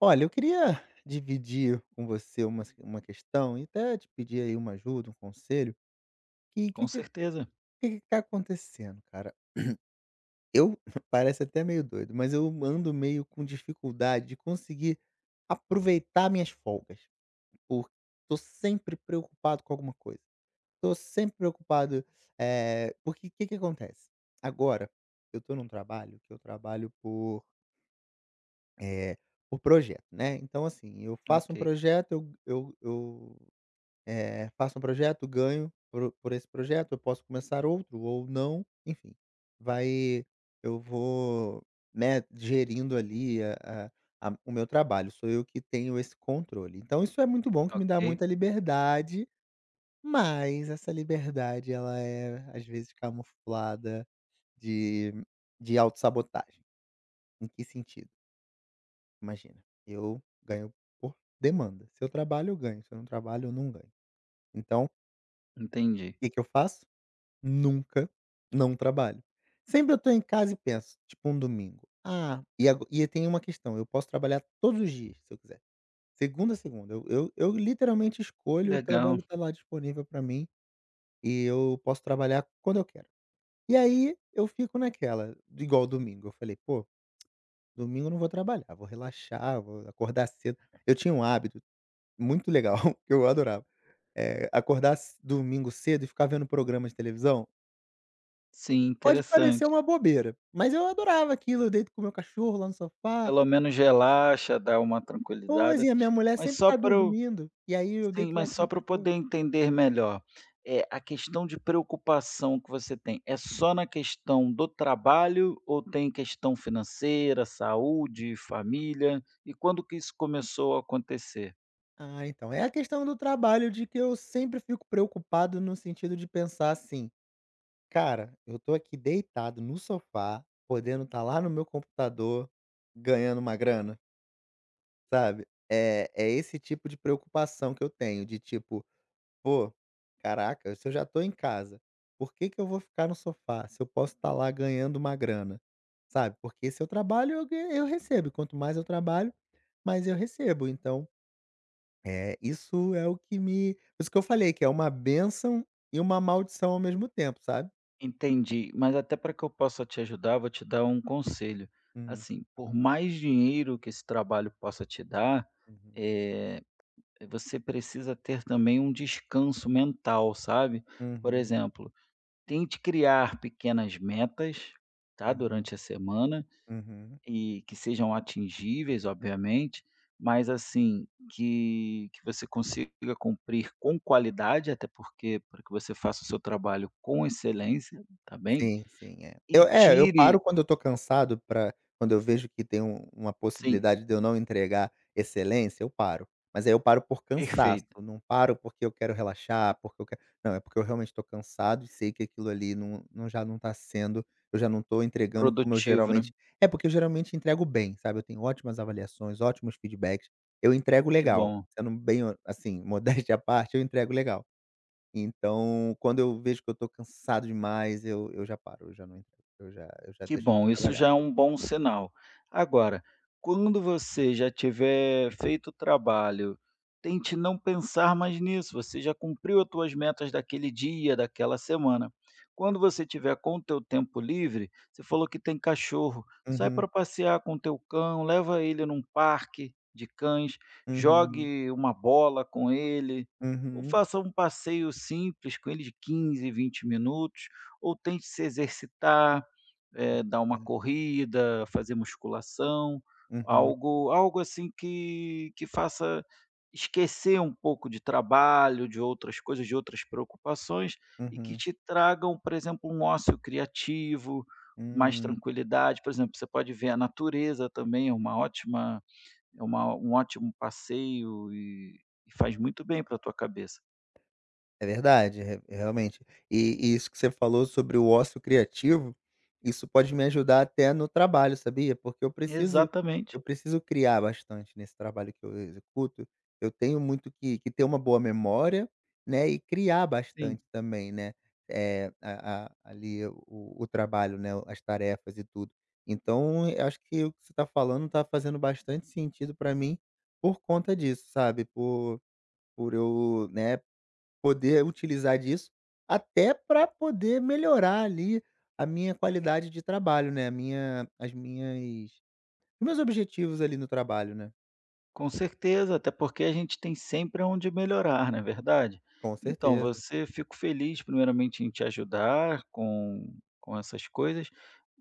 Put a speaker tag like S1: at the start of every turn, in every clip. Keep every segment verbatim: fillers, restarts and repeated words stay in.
S1: Olha, eu queria dividir com você uma, s- uma questão e até te pedir aí uma ajuda, um conselho. Que
S2: Com
S1: que, que,
S2: certeza.
S1: que que tá acontecendo, cara? Eu parece até meio doido, mas eu ando meio com dificuldade de conseguir aproveitar minhas folgas. Porque tô sempre preocupado com alguma coisa. Tô sempre preocupado. Eh, porque o que, que acontece? Agora, eu tô num trabalho que eu trabalho por. eh, por projeto, né? Então, assim, eu faço
S2: Ok,
S1: um projeto, eu, eu, eu Eh, faço um projeto, ganho por por esse projeto, eu posso começar outro ou não, enfim. Vai Eu vou, né, gerindo ali a a a o meu trabalho, sou eu que tenho esse controle. Então isso é muito bom que me dá
S2: ok,
S1: muita liberdade, mas essa liberdade ela é, às vezes, camuflada de de autossabotagem. Em que sentido? Imagina, eu ganho por demanda, se eu trabalho eu ganho, se eu não trabalho eu não ganho. Então, o
S2: entendi.
S1: que que eu faço? Nunca não trabalho. Sempre eu tô em casa e penso, tipo um domingo: "Ah" e ago e tem uma questão, eu posso trabalhar todos os dias se eu quiser, segunda a segunda, eu eu eu literalmente
S2: Que
S1: escolho, o
S2: legal.
S1: trabalho tá lá disponível pra mim, e eu posso trabalhar quando eu quero. E aí, eu fico naquela, igual domingo, eu falei: "Pô, domingo eu não vou trabalhar, vou relaxar, vou acordar cedo". Eu tinha um hábito muito legal, que eu adorava, eh, acordar ce domingo cedo e ficar vendo programa de televisão.
S2: Sim,
S1: Pode parecer
S2: interessante.
S1: uma bobeira, mas eu adorava aquilo, eu deito com o meu cachorro lá no sofá,
S2: Pelo menos relaxa, dá uma
S1: pois,
S2: tranquilizada.
S1: e a minha mulher
S2: Mas
S1: sempre
S2: só
S1: tá
S2: para eu
S1: dormindo, e aí eu
S2: sim,
S1: deito lá
S2: mas
S1: com o
S2: só
S1: meu
S2: para eu poder
S1: cachorro.
S2: entender melhor, é a questão de preocupação que você tem, é só na questão do trabalho ou tem questão financeira, saúde, família? E quando que isso começou a acontecer?
S1: Ah, então, é a questão do trabalho de que eu sempre fico preocupado no sentido de pensar assim: "Cara, eu tô aqui deitado no sofá, podendo estar lá no meu computador, ganhando uma grana", sabe. É é esse tipo de preocupação que eu tenho, de tipo Pô, caraca, se eu já tô em casa, por que que eu vou ficar no sofá se eu posso estar lá ganhando uma grana? Sabe, porque se eu trabalho, eu ganho eu recebo, quanto mais eu trabalho, mais eu recebo, então, é isso é o que me por isso que eu falei que é uma bênção e uma maldição ao mesmo tempo, sabe.
S2: Entendi, mas até para que eu possa te ajudar, vou te dar um conselho.
S1: Hum,
S2: Assim, por mais dinheiro que esse trabalho possa te dar,
S1: uhum.
S2: eh, você precisa ter também um descanso mental, sabe? Por
S1: Uhum,
S2: exemplo, tente criar pequenas metas, tá?
S1: uhum,
S2: Durante a semana
S1: uhum.
S2: e que sejam atingíveis, obviamente, mas assim, que, que você consiga cumprir com qualidade, até porque para que você faça o seu trabalho com excelência, tá bem?
S1: Sim, sim, é.
S2: E
S1: Eu é, eu
S2: tire
S1: paro quando eu tô cansado pra quando eu vejo que tem um uma
S2: sim,
S1: possibilidade de eu não entregar excelência, eu paro. Mas aí eu paro por cansaço,
S2: perfeito,
S1: não paro porque eu quero relaxar, porque eu quero não, é porque eu realmente tô cansado e sei que aquilo ali não não já não tá sendo eu já não tô entregando como eu
S2: produtivo, né,
S1: geralmente é, porque eu geralmente entrego bem, sabe, eu tenho ótimas avaliações, ótimos feedbacks, eu entrego
S2: que
S1: legal,
S2: bom.
S1: sendo bem, assim, modéstia à parte, eu entrego legal. Então, quando eu vejo que eu tô cansado demais, eu eu já paro, eu já não entrego, eu já eu já
S2: Que
S1: deixo de
S2: bom, isso
S1: trabalhar.
S2: já é um bom sinal. Agora, quando você já tiver feito o trabalho, tente não pensar mais nisso, você já cumpriu as suas metas daquele dia, daquela semana. Quando você tiver com o teu tempo livre, você falou que tem cachorro, sai
S1: Uhum,
S2: para passear com o teu cão, leva ele num parque de cães,
S1: uhum,
S2: jogue uma bola com ele, ou
S1: uhum.
S2: faça um passeio simples com ele de quinze, vinte minutos, ou tente se exercitar,
S1: É
S2: eh, dar uma
S1: verdade.
S2: corrida, fazer musculação,
S1: Uhum,
S2: algo algo assim que que faça esquecer um pouco de trabalho, de outras coisas, de outras preocupações e que
S1: uhum.
S2: te tragam, por exemplo, um ócio criativo, mais
S1: Hum.
S2: tranquilidade. Por exemplo, você pode ver a natureza também, é uma ótima é uma um ótimo passeio e e faz muito bem para a tua cabeça.
S1: É verdade, re realmente. E e isso que você falou sobre o ócio criativo, isso pode me ajudar até no trabalho, sabia? Porque eu preciso
S2: Exatamente,
S1: eu preciso criar bastante nesse trabalho que eu executo. Eu tenho muito que que ter uma boa memória, né, e criar
S2: sim.
S1: bastante também, né, eh, a a ali o o trabalho, né, as tarefas e tudo. Então eu acho que o que você está falando está fazendo bastante sentido para mim por conta disso, sabe? Por por eu, né Poder utilizar disso, até para poder melhorar ali a minha qualidade de trabalho, né, a minha as minhas os meus objetivos ali no trabalho, né.
S2: Com certeza, até porque a gente tem sempre onde melhorar, não é verdade?
S1: Com
S2: Então,
S1: certeza.
S2: você fico feliz primeiramente em te ajudar com com essas coisas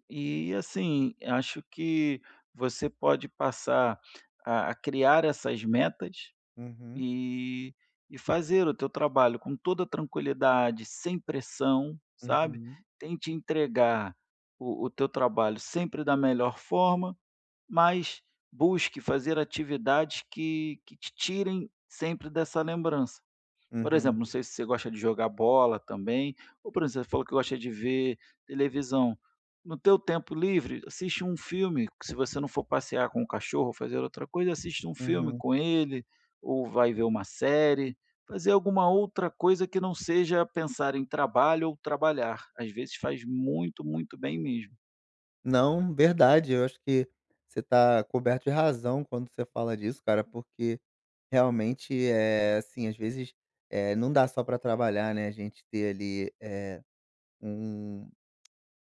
S2: e, assim, acho que você pode passar a a criar essas metas
S1: Uhum,
S2: e e fazer o teu trabalho com toda tranquilidade, sem pressão, sabe.
S1: uhum,
S2: Tente entregar o o teu trabalho sempre da melhor forma mas busque fazer atividades que que te tirem sempre dessa lembrança. Por exemplo,
S1: uhum,
S2: não sei se você gosta de jogar bola também, ou por exemplo, você falou que gosta de ver televisão. No teu tempo livre, assiste um filme, se você não for passear com o cachorro ou fazer outra coisa, assiste um filme
S1: uhum.
S2: com ele, ou vai ver uma série, fazer alguma outra coisa que não seja pensar em trabalho ou trabalhar. Às vezes faz muito, muito bem mesmo.
S1: Não, verdade, eu acho que você está coberto de razão quando você fala disso, cara, porque realmente, é assim, às vezes, eh, não dá só para trabalhar, né, a gente ter ali, eh, um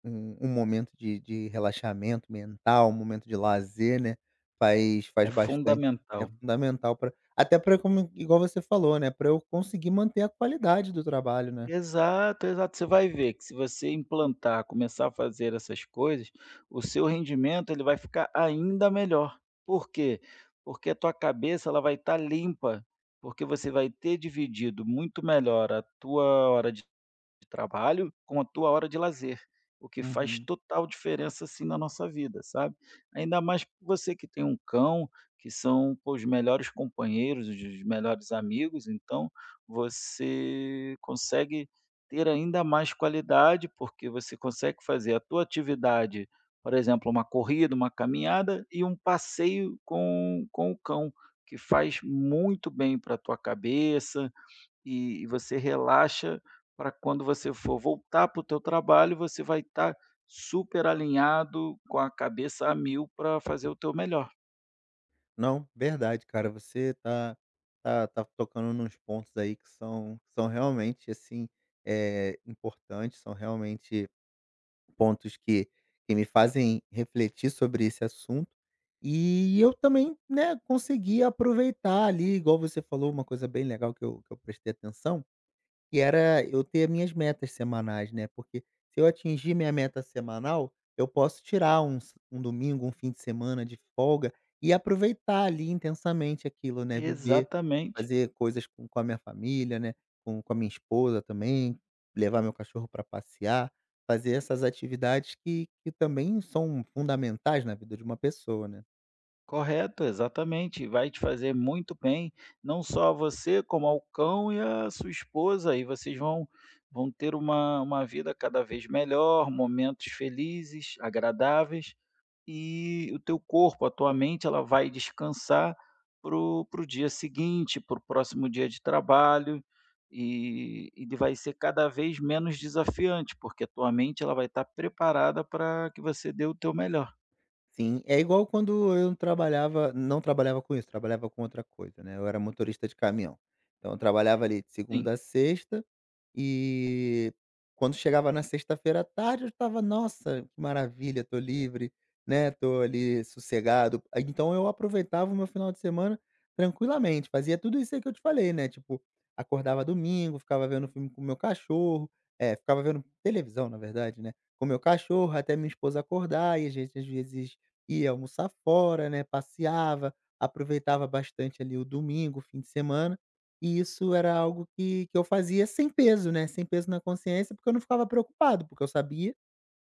S1: Um um momento de de relaxamento mental, um momento de lazer, né, faz
S2: É
S1: faz bastante. É
S2: fundamental.
S1: fundamental para até para como igual você falou, né, para eu conseguir manter a qualidade do trabalho, né.
S2: Exato, exato. Você vai ver que se você implantar, começar a fazer essas coisas, o seu rendimento ele vai ficar ainda melhor. Por quê? Porque a tua cabeça ela vai estar limpa, porque você vai ter dividido muito melhor a tua hora de de trabalho com a tua hora de lazer, o que faz
S1: Uhum.
S2: total diferença, assim, na nossa vida, sabe. Ainda mais você que tem um cão, que são, pô, os melhores companheiros, os os melhores amigos, então você consegue ter ainda mais qualidade, porque você consegue fazer a tua atividade, por exemplo, uma corrida, uma caminhada e um passeio com com o cão, que faz muito bem para a tua cabeça, e e você relaxa para quando você for voltar para o teu trabalho, você vai estar super alinhado, com a cabeça a mil para fazer o teu melhor.
S1: Não, verdade, cara, você tá tá tá tocando nos pontos aí que são que são realmente, assim, é importantes, são realmente Pontos que que me fazem refletir sobre esse assunto, e eu também, né, consegui aproveitar ali, igual você falou, uma coisa bem legal que eu que eu prestei atenção, que era eu ter minhas metas semanais, né, porque se eu atingir minha meta semanal, eu posso tirar um s um domingo, um fim de semana de folga e aproveitar ali intensamente aquilo, né, viver,
S2: Exatamente,
S1: fazer coisas com com a minha família, né, com com a minha esposa também, levar meu cachorro para passear, fazer essas atividades que que também são fundamentais na vida de uma pessoa, né.
S2: correto, exatamente, vai te fazer muito bem, não só a você, como ao cão e a sua esposa, e vocês vão vão ter uma uma vida cada vez melhor, momentos felizes, agradáveis. E o teu corpo, a tua mente, ela vai descansar para o dia seguinte, para o próximo dia de trabalho, e e vai ser cada vez menos desafiante, porque a tua mente ela vai estar preparada para que você dê o teu melhor.
S1: Sim, é igual quando eu trabalhava não trabalhava com isso, trabalhava com outra coisa, né, eu era motorista de caminhão. Então eu trabalhava ali de
S2: Sim,
S1: segunda a sexta, e quando chegava na sexta-feira à tarde, eu estava: "Nossa, que maravilha, tô livre, né, tô ali sossegado". Aí, então eu aproveitava o meu final de semana tranquilamente, fazia tudo isso aí que eu te falei, né, tipo, acordava domingo, ficava vendo filme com o meu cachorro, é ficava vendo televisão, na verdade, né, com o meu cachorro até minha esposa acordar e a gente, às vezes, ia almoçar fora, né, passeava, aproveitava bastante ali o domingo, o fim de semana. E isso era algo que que eu fazia sem peso, né, sem peso na consciência, porque eu não ficava preocupado, porque eu sabia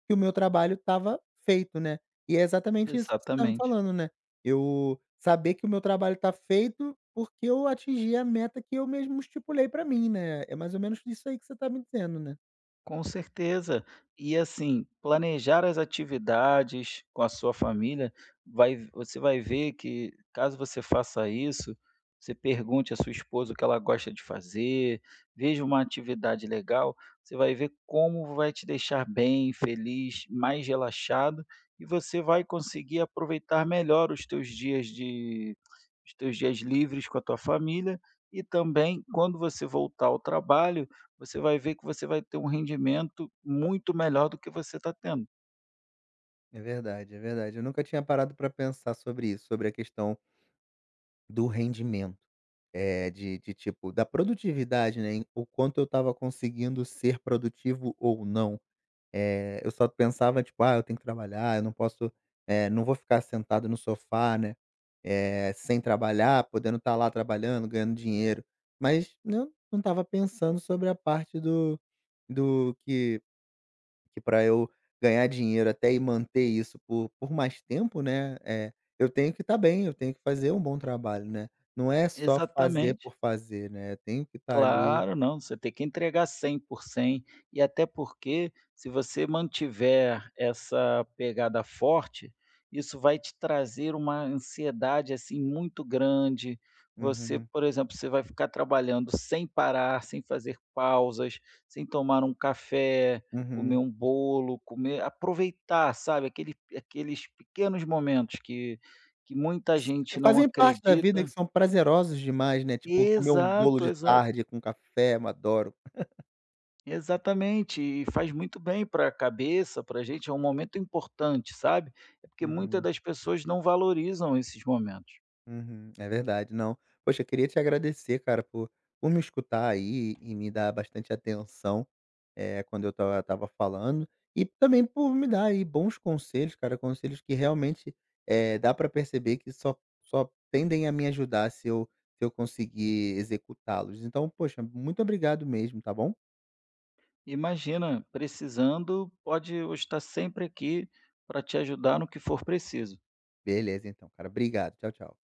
S1: que o meu trabalho estava feito, né. E é exatamente isso que você está me
S2: exatamente.
S1: falando, né, eu saber que o meu trabalho está feito, porque eu atingi a meta que eu mesmo estipulei para mim, né. É mais ou menos isso aí que você está me dizendo, né.
S2: Com certeza. E assim, planejar as atividades com a sua família, vai você vai ver que caso você faça isso, você pergunte à sua esposa o que ela gosta de fazer, veja uma atividade legal, você vai ver como vai te deixar bem, feliz, mais relaxado e você vai conseguir aproveitar melhor os teus dias de os teus dias livres com a tua família e também quando você voltar ao trabalho você vai ver que você vai ter um rendimento muito melhor do que você está tendo.
S1: É verdade, é verdade. Eu nunca tinha parado para pensar sobre isso, sobre a questão do rendimento, é de de tipo, da produtividade, né, em o quanto eu estava conseguindo ser produtivo ou não. Eh, eu só pensava, tipo: "Ah, eu tenho que trabalhar, eu não posso, eh, não vou ficar sentado no sofá, né, eh, sem trabalhar, podendo estar lá trabalhando, ganhando dinheiro". Mas eu não estava pensando sobre a parte do do que que para eu ganhar dinheiro até e manter isso por por mais tempo, né, é eu tenho que estar bem, eu tenho que fazer um bom trabalho, né. Não é só fazer
S2: Exatamente.
S1: por fazer, né, eu tenho que estar ali
S2: Claro, não, você tem que entregar cem por cento, e até porque se você mantiver essa pegada forte, isso vai te trazer uma ansiedade, assim, muito grande. Você,
S1: uhum,
S2: por exemplo, você vai ficar trabalhando sem parar, sem fazer pausas, sem tomar um café, comer
S1: uhum.
S2: um bolo, comer aproveitar, sabe, aquele aqueles pequenos momentos que que muita
S1: Que
S2: gente não
S1: fazem parte da vida,
S2: acredita.
S1: que são prazerosos demais, né, tipo comer um bolo
S2: Exato,
S1: de
S2: exato.
S1: tarde com café, eu adoro.
S2: Exatamente, e faz muito bem para a cabeça, para a gente, é um momento importante, sabe? É porque muitas
S1: Uhum,
S2: das pessoas não valorizam esses momentos.
S1: uhum, é verdade, não. Poxa, eu queria te agradecer, cara, por por me escutar aí e me dar bastante atenção, eh, quando eu estava estava falando, e também por me dar aí bons conselhos, cara, conselhos que realmente, eh, dá pra perceber que só só tendem a me ajudar se eu se eu conseguir executá-los. Então, poxa, muito obrigado mesmo, tá bom?
S2: Imagina, precisando, pode eu estar sempre aqui para te ajudar no que for preciso.
S1: Beleza então, cara, obrigado. Tchau, tchau.